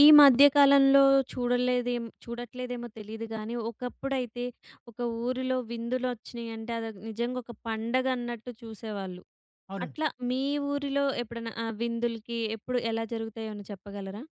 ఈ మధ్య కాలంలో చూడట్లేదేమో తెలీదు గానీ, ఒకప్పుడైతే ఒక ఊరిలో విందులొచ్చినియంటే అదొక నిజంగా ఒక పండగ అన్నట్టు చూసేవాళ్ళు. అవునండి. అట్లా మీ ఊరిలో ఎప్పుడైనా విందులకి ఎప్పుడు ఎలా జరుగుతాయో ఏమైనా చెప్పగలరా?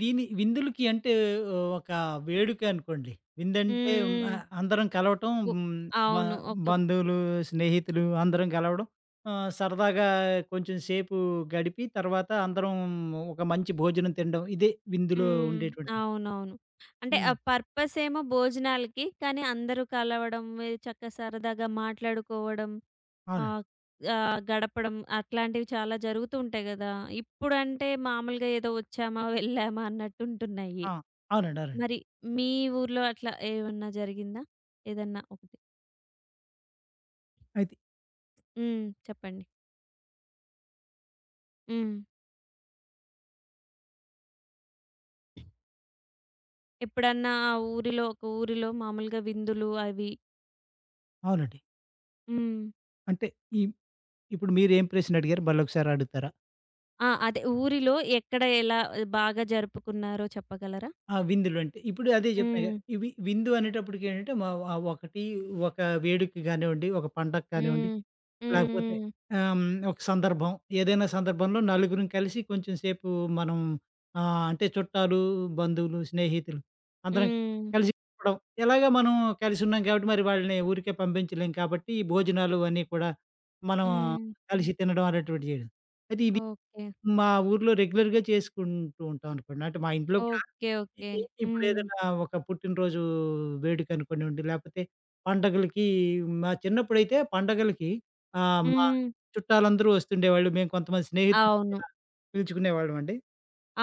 దీని విందులకి అంటే ఒక వేడుక అనుకోండి. విందంటే ఆ! హ్మ్. హ్మ్. అందరం కలవటం బు హ్మ్. బ అవును. ఒక బంధువులు, స్నేహితులు అందరం కలవడం. సరదాగా కొంచెం సేపు గడిపి తర్వాత అందరం ఒక మంచి భోజనం తినడం. ఇదే విందులో హ్మ్. ఉండేటువంటి అవునవును. అంటే ఆ హ్మ్. పర్పసేమో భోజనాలకి, కానీ అందరూ కలవడం, ఏ చక్కగా సరదాగా మాట్లాడుకోవడం, అవునండి. ఆహ్, ఆహ్, గడపడం అట్లాంటివి చాలా జరుగుతూ ఉంటాయి గదా! ఇప్పుడంటే మామూలుగా ఏదో వచ్చామా, వెళ్ళామా అన్నట్టుంటున్నాయి. ఆ! అవునండి. అవునండి. మరి మీ ఊర్లో అట్లా ఏమన్నా జరిగిందా? ఏదన్నా ఒకటి? అయితే హ్మ్. చెప్పండి. హ్మ్. ఎప్పుడన్నా ఆ ఊరిలో ఒక ఊరిలో మామూలుగా విందులు అవి అవునండి. హ్మ్. అంటే ఈ ఇప్పుడు మీరేం ప్రశ్న అడిగారు మళ్ళొకసారి అడుగుతారా? ఆ! అదే ఊరిలో ఎక్కడ ఎలా బాగా జరుపుకున్నారో చెప్పగలరా? ఆ! విందులు అంటే. ఇప్పుడు అదే జెప్పాగా హ్మ్. ఇవి విందు అనేటప్పటికి ఏంటంటే, మా ఒక వేడుక గానివ్వండి, ఒక పండగ కానివ్వండి, హ్మ్. హ్మ్. లేకపోతే హ్మ్. ఆహ్, హ్మ్, ఒక సందర్భం ఏదైనా సందర్భంలో నలుగురం కలిసి కొంచెం సేపు మనం అంటే చుట్టాలు, బంధువులు, స్నేహితులు అందరం హ్మ్. కలిసి కూడం ఎలాగా మనం కలిసి ఉన్నాం కాబట్టి మరి వాళ్ళని ఊరికే పంపించలేం కాబట్టి భోజనాలు అన్నీ కూడా మనం హ్మ్. కలిసి తినడం అనేటువంటివి చేయడం. అయితే ఇది ఓకే. మా ఊర్లో రెగ్యులర్‌గా చేసుకుంటూ ఉంటాం అనుకోండి. అంటే మా ఇంట్లో కూడా ఓకే. ఇ ఓకే. ఇ హ్మ్. ఇప్పుడేదైనా ఒక పుట్టినరోజు వేడుక అనుకోనివ్వండి, లేపోతే పండగలకి మా చిన్నప్పుడైతే పండగలకి మా హ్మ్. చుట్టాలందరూ వస్తుండేవాళ్ళు. మేము కొంతమంది స్నేహితులను అవును. కూడా పిలుచుకునేవాళ్ళమండి.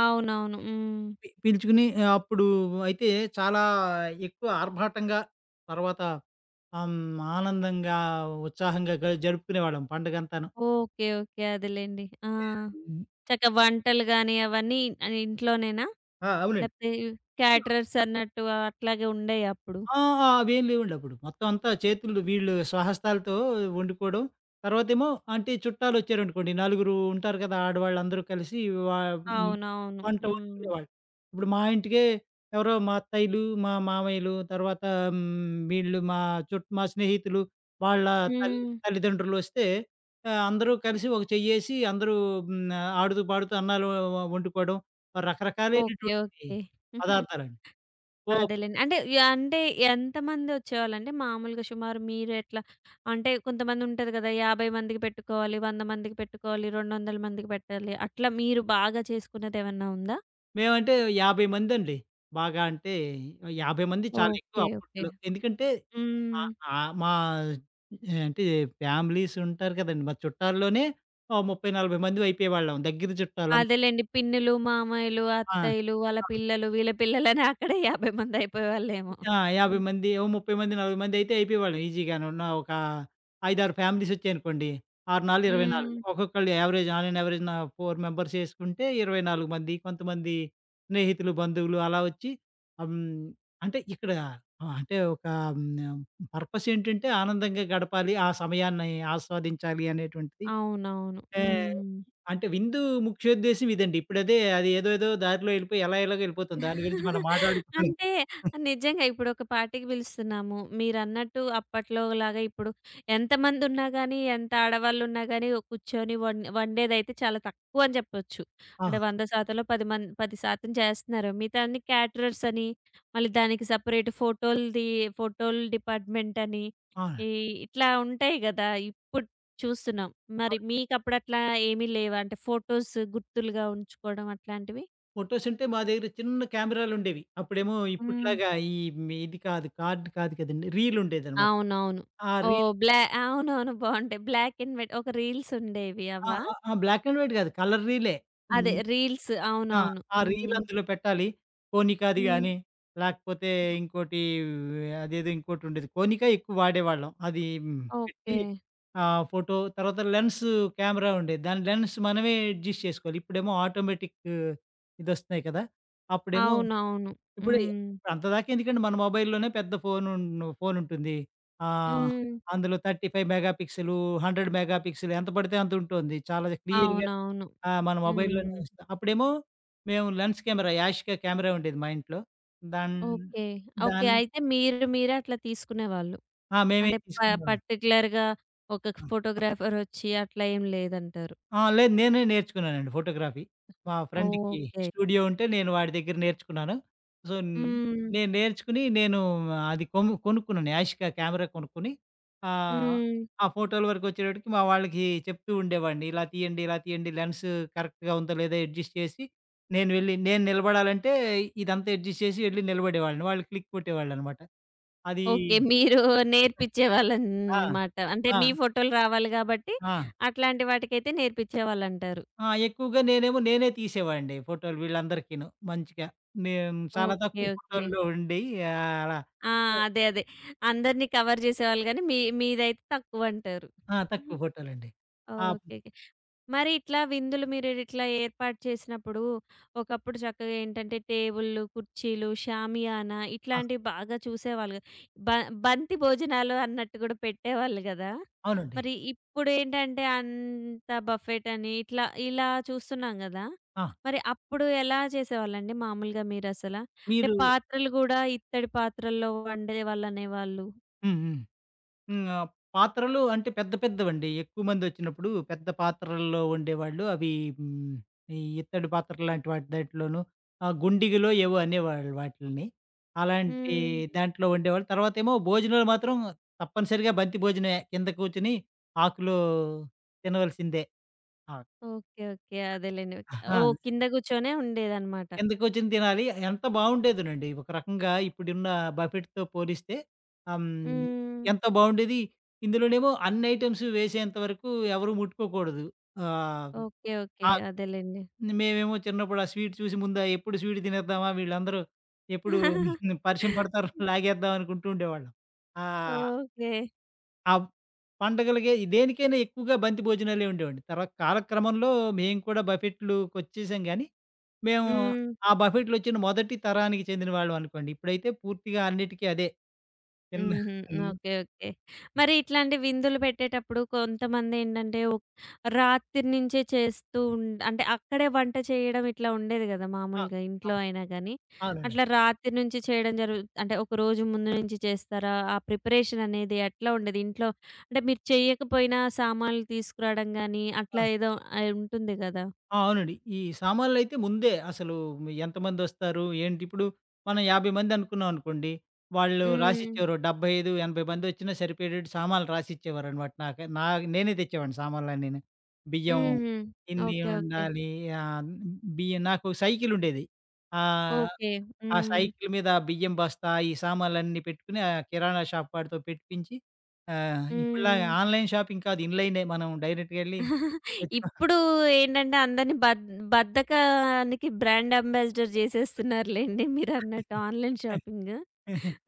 అవునవును. హ్మ్. పిలుచుకుని అప్పుడు అయితే చాలా ఎక్కువ ఆర్భాటంగా తర్వాత ఆనందంగా, ఉత్సాహంగా జరుపుకునేవాళ్ళం పండగంతాను. ఓకే. ఓకే. అదేలెండి. ఆ! ఆహ్, హ్మ్. చక్కగా వంటలు గాని అవన్నీ ఇంట్లోనేనా? ఆ! అవునండి. లేపోతే క్యాటరర్స్ అన్నట్టు అట్లాగే ఉండేయి అప్పుడు. ఆ! ఆ! అవేం లేవండప్పుడు. మొత్తం అంతా చేతులు వీళ్ళు స్వహస్తాలతో వండుకోవడం. తర్వాతేమో అంటే చుట్టాలొచ్చారనుకోండి, నలుగురు ఉంటారు కదా! ఆడవాళ్ళందరూ కలిసి వా హ్మ్. అవునవును. వంట హ్మ్. వండుకునేవాళ్ళు. ఇప్పుడు మా ఇంటికే ఎవరో మా అత్తయ్యలు, మా మామయ్యలు, తర్వాత వీళ్ళు మా స్నేహితులు, వాళ్ళ తల్లి హ్మ్. తల్లిదండ్రులొస్తే అందరూ కలిసి ఒక చెయ్యేసి అందరూ హ్మ్, ఆడుతూ పాడుతూ అన్నాలు వండుకోవడం ఓకే. రకరకాలైనటువంటి ఓకే. పదార్థాలండి. ఓ అదేలెండి. అంటే యాహ్! అంటే ఎంతమందొచ్చేవాళ్ళండి? మామూలుగా సుమారు మీరు ఎట్లా అంటే కొంతమంది ఉంటది కదా! 50 మందికి పెట్టుకోవాలి, 100 మందికి పెట్టుకోవాలి, 200 మందికి పెట్టాలి. అట్లా మీరు బాగా చేసుకున్నదేమన్నా ఉందా? మేమంటే 50 మందండి. బాగా అంటే 50 మంది చాలా ఎక్కువ ఓకే. ఓకే. అప్పట్లో. ఎందుకంటే హ్మ్. ఆహ్, ఆహ్, మా అంటే ఫ్యామిలీస్ ఉంటారు కదండీ! మా చుట్టాల్లోనే ఓ 30, 40 మంది అయిపోయేవాళ్ళం. దగ్గర చుట్టాలందరూ. అదేలెండి. పిన్నులు, మామయ్యలు, ఆ! అత్తయ్యలు, వాళ్ళ ఆ! పిల్లలు, వీళ్ళ పిల్లలని అక్కడే 50 మందయిపోయేవాళ్ళేమో. ఆ! 50 హ్మ్. మంది, ఓ 30 మంది, 40 మంది అయితే అయిపోయేవాళ్ళం ఈజీగాను. ఉన్న ఒక 5, 6 ఫ్యామిలీస్ వచ్చాయనుకోండి. 6 నాళ్లు 24 హ్మ్. ఒక్కొక్కళ్ళు average on an average 4 members చేసుకుంటే 24 మంది. కొంతమంది స్నేహితులు, బంధువులు అలా వచ్చి ఆహ్, హ్మ్, అంటే ఇక్కడ అంటే ఒక హ్మ్, పర్పస్ ఏంటంటే ఆనందంగా గడపాలి. ఆ సమయాన్ని ఆస్వాదించాలి అనేటువంటిది. అవునవును. ఆహ్, హ్మ్. అంటే విందు ముఖ్యోద్దేశ్యం ఇదండి. ఇప్పుడదే అది ఏదో ఏదో దారిలో ఎళ్ళిపోయి ఎలా ఎలాగో ఎళ్ళిపోతుంది. దాని గురించి మనం మాట్లాడుకోలేం. అంటే నిజంగా ఇప్పుడు ఒక పార్టీకి పిలుస్తున్నాము. మీరన్నట్టు అప్పట్లోలాగా ఇప్పుడు ఎంతమందున్నా గానీ, ఎంత ఆడవాళ్ళున్నా గానీ కూర్చొని వండేదైతే చాలా తక్కువ అని చెప్పొచ్చు. ఆ! అంటే 100 శాతంలో 10 శాతం చేస్తున్నారు. మిగతా అన్ని క్యాటరర్స్ అని, మళ్ళీ దానికి సెపరేట్ ఫోటోలు డిపార్ట్‌మెంట్ అని, ఆ! ఈ ఇట్లా ఉంటాయి గదా! ఇప్పుడు చూస్తున్నాం. మరి మీకప్పుడు అట్లా ఏమీ లేవా? అంటే ఫోటోస్ గుర్తులుగా ఉంచుకోవడం అట్లాంటివి? ఫోటోస్ అంటే మా దగ్గర చిన్న కెమెరాలుండేవి. అప్పుడేమో ఇప్పట్లాగా మీ ఇది కాదు. కార్డ్ కాదు కదండీ. రీల్ ఉండేదనమాట. అవునవును. ఆ రీల్ ఓహ్! అవునవును. బావుంటాయి. బ్లాక్ అండ్ వైట్ ఒక రీల్స్ ఉండేవి ఆ! అవా? ఆ! ఆ! బ్లాక్ అండ్ వైట్ కాదు. కలర్ రీలే. అదే హ్మ్. రీల్స్. ఆ! అవునవును. ఆ రీల్ హ్మ్. అందులో పెట్టాలి. కోనిక అది హ్మ్. గాని, లేకపోతే ఇంకోటి అదేదో ఇంకోటి ఉండేది. కోనిక ఎక్కువ వాడేవాళ్ళం. అది హ్మ్. ఓకే. పెట్టి ఆ ఫోటో తర్వాత కెమెరా ఉండేది. దాని లెన్స్ మనమే అడ్జస్ట్ చేసుకోవాలి. ఇప్పుడేమో ఆటోమేటిక్ ఇదొస్తున్నాయి కదా! అప్పుడేమో అవునవును. ఇప్పుడు హ్మ్. అంత దాకా ఎందుకండి మన మొబైల్‌లోనే పెద్ద ఫోనుంటుంది. ఆహ్, హ్మ్. హ్మ్. అందులో 35 మెగా పిక్సెలు, 100 మెగా పిక్సెలు ఎంత పడితే అంత ఉంటుంది. చాలా క్లియర్‌గా అవునవును. ఆ! మన మొబైల్‌లోనే హ్మ్. వస్తా అప్పుడేమో మేము లెన్స్ కెమెరా యాష్‌గా కెమెరా ఉండేది మా ఇంట్లో. దాన్ ఓకే. ఓకే. దాన్ అయితే మీరే అట్లా తీసుకునేవాళ్ళు. ఆ! మేమే అంటే తీసుకునేవాళ్ళం. పర్టిక్యులర్‌గా ఒక ఆ! ఫోటోగ్రాఫర్ ఒచ్చి అట్లా ఏం లేదంటారు. ఆ! లేదు నేనే నేర్చుకున్నానండి ఫోటోగ్రఫీ. మా ఫ్రెండ్‌కి ఓకే. స్టూడియో ఉంటే నేను వాడి దగ్గర నేర్చుకున్నాను. సో, హ్మ్. నేను నేర్చుకుని నేను అది కొనుక్కున్నాను. యాషికా కెమెరా కొనుక్కొని ఆహ్, హ్మ్. ఆ ఫోటోల వరకు వచ్చేటప్పటికి మా వాళ్ళకి చెప్తూ ఉండేవాడిని. ఇలా తీయండి, ఇలా తీయండి లెన్స్ కరెక్ట్‌గా ఉందో లేదో అడ్జస్ట్ చేసి నేను నిలబడాలంటే ఇదంతా అడ్జస్ట్ చేసి వెళ్ళి నిలబడేవాళ్ళని. వాళ్ళు క్లిక్ కొట్టేవాళ్ళనమాట. అది ఓకే. మీరు ఆ! నేర్పిచ్చేవాళ్ళనమాట. అంటే ఆ! మీ ఫోటోలు రావాలి గాబట్టి, ఆ! అట్లాంటి వాటికైతే నేర్పిచ్చేవాళ్ళంటారు. ఆ! ఎక్కువగా నేనే తీసేవాడిని ఫోటోలు వీళ్ళందరికీను. మంచిగా. నేను చాలా ఓకే. తక్కువ ఓకే. ఫోటోల్లో ఉండి అలా ఆ! ఓహ్! అదే. అదే. అందరిని కవర్ జేసేవాళ్ళు గానీ, మీ మీదైతే తక్కువంటారు. ఆ! తక్కువ ఫోటోలండి. ఆ! ఓకే. ఓకే. మరి ఇట్లా విందులు మీరు ఇట్లా ఏర్పాటు చేసినప్పుడు, ఒకప్పుడు చక్కగా ఏంటంటే టేబుల్లు, కుర్చీలు, షామియానా ఆ! ఇట్లాంటివి బాగా చూసేవాళ్ళు కదా. బ బంతి భోజనాలు అన్నట్టు కూడా పెట్టేవాళ్ళు గదా! అవునండి. మరి ఇప్పుడేంటంటే అంత బఫెట్ అని ఇట్లా, ఇలా చూస్తున్నాం గదా! ఆ! మరి అప్పుడు ఎలా చేసేవాళ్ళండి మామూలుగా మీరసల? అంటే మీరు పాత్రలు గూడా ఇత్తడి పాత్రల్లో వండేవాళ్ళనేవాళ్ళు. హ్మ్. హ్మ్. హ్మ్. పాత్రలు అంటే పెద్ద పెద్దవండి. ఎక్కువ మందొచ్చినప్పుడు పెద్ద పాత్రల్లో వండేవాళ్ళు. అవి హ్మ్. ఇత్తడి పాత్రలు లాంటి వాటి దాంట్లోనూ గుండిగిలో ఏవో అనేవాళ్ళు వాటిల్ని. అలాంటి హ్మ్. దాంట్లో వండేవాళ్ళు. తర్వాతేమో భోజనాలు మాత్రం తప్పనిసరిగా బంతి భోజనమే. కింద కూర్చొని ఆకులో తినవలసిందే. ఆ! ఓకే. ఓకే. అదేలెండి. ఆ! ఓహ్! కింద కూర్చొనే ఉండేదనమాట. ఎందుకొచ్చింది తినాలి. ఎంత బావుండేదోనండి. ఒక రకంగా ఇప్పుడున్న బఫెట్‌తో పోలిస్తే ఆహ్, హ్మ్, హ్మ్. హ్మ్. ఎంత బావుండేది. ఇందులోనేమో అన్ని ఐటెమ్స్ వేసేంత వరకు ఎవరు ముట్టుకోకూడదు. ఆహ్, ఓకే. ఓకే. ఆ! అదేలెండి. మేమేమో చిన్నప్పుడు ఆ స్వీట్ చూసి ముందా ఎప్పుడు స్వీట్ తినేద్దామా వీళ్ళందరూ ఎప్పుడు పరిచయం పడతారు లాగేద్దాం అనుకుంటూ ఉండేవాళ్ళం. ఆ! ఓకే. ఆ పండగలకే దేనికైనా ఎక్కువగా బంతి భోజనాలే ఉండేవండి. కాలక్రమంలో మేము కూడా బఫెట్లుకొచ్చేసాం గానీ, మేము హ్మ్. ఆ బఫెట్‌లొచ్చిన మొదటి తరానికి చెందిన వాళ్ళం అనుకోండి. ఇప్పుడైతే పూర్తిగా అన్నిటికి అదే. చిన్న హుహు. హ్మ్. ఓకే. ఓకే. మరి ఇట్లాంటి విందులు పెట్టేటప్పుడు కొంతమందేంటంటే రాత్రి నుంచే చేస్తూ అంటే అక్కడే వంట చేయడం ఇట్లా ఉండేది గదా! ఆ! మామూలుగా ఆ! ఇంట్లో అయినా గానీ, అవునండి. అట్లా రాత్రి నుంచి చేయడం జరుగు అంటే ఒక రోజు ముందు నుంచి చేస్తారా? ఆ ప్రిపరేషన్ అనేది ఎట్లా ఉండేది? ఇంట్లో అంటే మీరు చెయ్యకపోయినా సామాన్లు తీసుకురావడం గానీ, అట్లా ఆ! ఏదో ఉంటుంది గదా! ఆ! అవునండి. ఈ సామాన్లయితే ముందే అసలు ఎంతమందొస్తారు, ఏంటి ఇప్పుడు మనం 50 మందనుకున్నాం అనుకోండి, వాళ్ళు హ్మ్. హ్మ్. రాసిచ్చేవారు 75, 80 మందొచ్చినా సరిపోయేటట్టు సామాన్లు రాసిచ్చేవారనమాట. నాకే నా నేనే తెచ్చేవాడిని సామాన్లన్నీను. బియ్యం హుహు. ఇన్ని ఓకే. ఓకే. ఉండాలి ఆహ్, బియ్యం నాకు సైకిలుండేది. ఆహ్, ఓకే. ఆ ఆ హ్మ్. సైకిల్ మీద ఆ బియ్యం బస్తా, ఈ సామాన్లన్నీ పెట్టుకొని ఆ కిరాణా షాప్ వాడితో పెట్టిపించి హ్మ్. ఇప్పుడులాగా ఆన్‌లైన్ షాపింగ్ కాదు ఇన్‌లైనే మనం డైరెక్ట్‌గెళ్ళి తెచ్చుకో ఇప్పుడు ఏంటంటే అందరిని బద్ధకానికి బ్రాండ్ అంబాసిడర్ చేసేస్తున్నారులెండి మీరన్నట్టు ఆన్‌లైన్ షాపింగ్.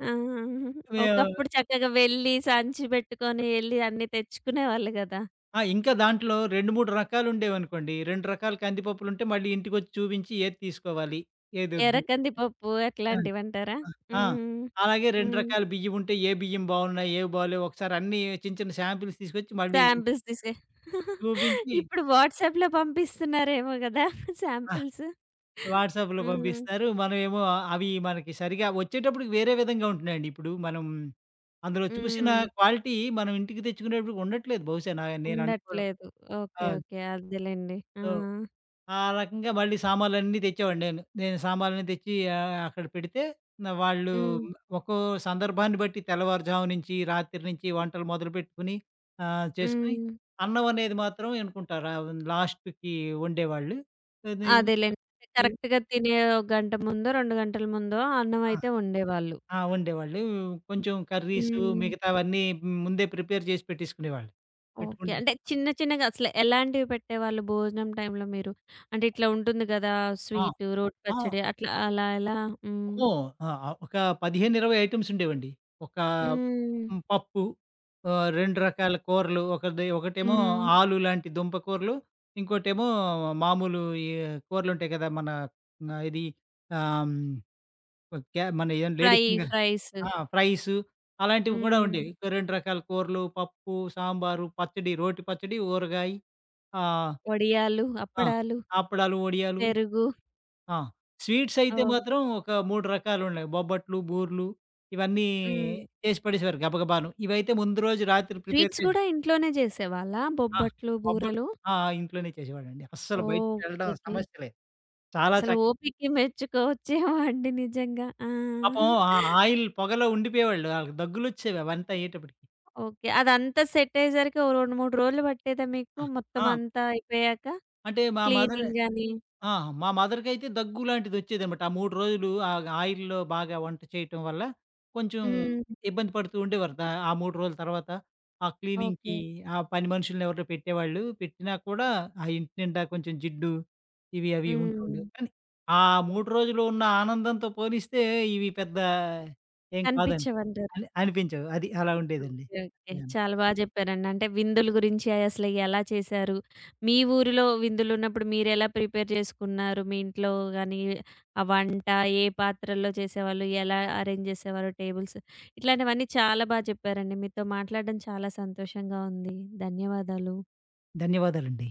ఆ! మేము ఒకప్పుడు చక్కగా వెళ్లి సంచి పెట్టుకొని ఎళ్లి అన్నీ తెచ్చుకునేవాళ్ళు గదా! ఆ! ఇంకా దాంట్లో 2, 3 రకాలుండేవనుకోండి. 2 రకాల కందిపప్పులుంటే మళ్ళీ ఇంటికొచ్చి చూపించి ఏది తీసుకోవాలి, ఏదొద్దు. ఎర్రకంది పప్పు ఆ! అట్లాంటివంటారా? ఆ! ఆ! హ్మ్. అలాగే 2 హ్మ్. రకాల బియ్యముంటే ఏ బియ్యం బావున్నాయి, ఏవి బాలేవు ఒకసారి అన్నీ చిన్న చిన్న శాంపిల్స్ తీసుకొచ్చి మళ్ళీ శాంపిల్స్ తీసుకె చూపించి ఇప్పుడు వాట్సాప్‌లో పంపిస్తున్నారేమో గదా! ఆ! శాంపిల్స్. వాట్సాప్‌లో హ్మ్. పంపిస్తారు. మనమేమో అవి మనకి సరిగా వచ్చేటప్పటికి వేరే విధంగా ఉంటున్నాయండి. ఇప్పుడు మనం అందులో చూసిన హ్మ్. క్వాలిటీ మనం ఇంటికి తెచ్చుకునేటప్పటికి ఉండట్లేదు బహుశా నేననుకోవడం. ఉండట్లేదు. ఓకే. ఆ! ఓకే. అదేలెండి. ఆ! సో ఆ రకంగా మళ్ళీ సామాన్లన్నీ తెచ్చేవాడిని నేను. నేను సామాన్లన్నీ తెచ్చి అక్కడ పెడితే నా వాళ్ళు హ్మ్. హ్మ్. ఒక్కో సందర్భాన్ని బట్టి తెల్లవారుజాము నుంచి, రాత్రి నుంచి వంటలు మొదలుపెట్టుకొని చేసుకొని హ్మ్. అన్నం అనేది మాత్రం ఎనుకుంటారు. లాస్ట్‌కి వండేవాళ్ళు. అది అదేలెండి. అంటే ఈ కరెక్ట్‌గా తినే ఒక గంట ముందో, 2 గంటల ముందో అన్నం ఆ! అయితే వండేవాళ్ళు. ఆ! వండేవాళ్ళు. హ్మ్. కొంచెం కర్రీసు హ్మ్. మిగతావన్నీ ముందే ప్రిపేర్ చేసి పెట్టేసుకునేవాళ్ళు. ఓకే. పెట్టుకుంటే అంటే చిన్న చిన్నగా అసలు ఎలాంటివి పెట్టేవాళ్ళు భోజనం టైంలో మీరు? అంటే ఇట్లా ఉంటుంది గదా! ఆ! స్వీటు, రోటి ఆ! పచ్చడి అట్లా అలా ఎలా? హ్మ్. ఓహ్! ఆ! ఒక 15, 20 ఐటెమ్స్ ఉండేవండి. ఒక హ్మ్. పప్పు, 2 రకాల కూరలు, ఒకటేమో హ్మ్. హ్మ్. ఆలు లాంటి దుంప కూరలు, ఇంకోటేమో మామూలు కూరలుంటాయి కదా! మన ఆహ్, ఇది ఆహ్, హ్మ్, క్యా మన ఏం లేడీ ఫ్రై ఫింగర్ ఫ్రైస్. ఆ! ఫ్రైసు అలాంటివి కూడా హ్మ్. ఉండేవి. హ్మ్. ఇంకో 2 రకాల కూరలు, పప్పు, సాంబారు, పచ్చడి, రోటి పచ్చడి, ఊరగాయ, ఆహ్, వడియాలు, ఆ! అప్పడాలు, అప్పడాలు, వడియాలు పెరుగు. ఆ! స్వీట్స్ అయితే ఓహ్! మాత్రం ఒక 3 రకాలున్నాయి. బొబ్బట్లు, బూర్లు ఇవన్నీ హ్మ్. చేసి పడేసేవారు గబగబాను. ఇవైతే ముందు రోజు రాత్రి ప్రిపేర్ స్వీట్స్ చేసి గూడా ఇంట్లోనే జేసేవాళ్ళా? ఆ! బొబ్బట్లు, బొబ్బట్లు బూరెలు? ఆ! ఇంట్లోనే చేసేవాళ్ళండి. అస్సలు బయటికెళ్ళడం ఓకే. సమస్య లేదు. చాలా అసలు ఓపికకి మెచ్చుకోవచ్చేమో అండి నిజంగా. ఆ! పాపం ఆ ఆయిల్ పొగలో ఉండిపోయేవాళ్ళు. ఆళ్ళకి దగ్గులొచ్చేవి అవంతా అయ్యేటప్పటికి. ఓకే. అదంతా సెట్ అయ్యేసరికి ఓ 2, 3 రోజులు పట్టేదా మీకు ఆ! మొత్తం ఆ! అంతా అయిపోయాక? అంటే మా మదర్ క్లీనింగ్ గాని ఆ! మా మదర్‌కైతే దగ్గు లాంటిదొచ్చేదనమాట. ఆ 3 రోజులు ఆయిల్‌లో బాగా వంట చేయటం వల్ల కొంచెం హ్మ్. హ్మ్. ఇబ్బంది పడుతూ ఉండేవారు. ఆ 3 రోజుల తర్వాత ఆ క్లీనింగ్‌కి ఓకే. ఆ పని మనుషుల్ని ఎవరినో పెట్టేవాళ్ళు. పెట్టినా కూడా ఆ ఇంటి నిండా కొంచెం జిడ్డు ఇవి అవి ఉంటూ హ్మ్. ఉండేవి. కానీ ఆ 3 రోజులు ఉన్న ఆనందంతో పోలిస్తే ఇవి పెద్ద ఏం కాదని కనిపించవంటారు. అని అనిపించవు. అది అలా ఉండేదండి. ఓకే. ఓకే. చాలా బాగా చెప్పారండి. అంటే విందుల గురించి అసలు ఎలా చేశారు? మీ ఊరిలో విందులున్నప్పుడు మీరెలా ప్రిపేర్ చేసుకున్నారు? మీ ఇంట్లో గాని, ఆ వంట ఏ పాత్రల్లో చేసేవాళ్ళు? ఎలా అరేంజ్ చేసేవారు టేబుల్స్? ఇట్లాంటివన్నీ చాలా బాగా చెప్పారండి. మీతో మాట్లాడడం చాలా సంతోషంగా ఉంది. ధన్యవాదాలు. ధన్యవాదాలండి.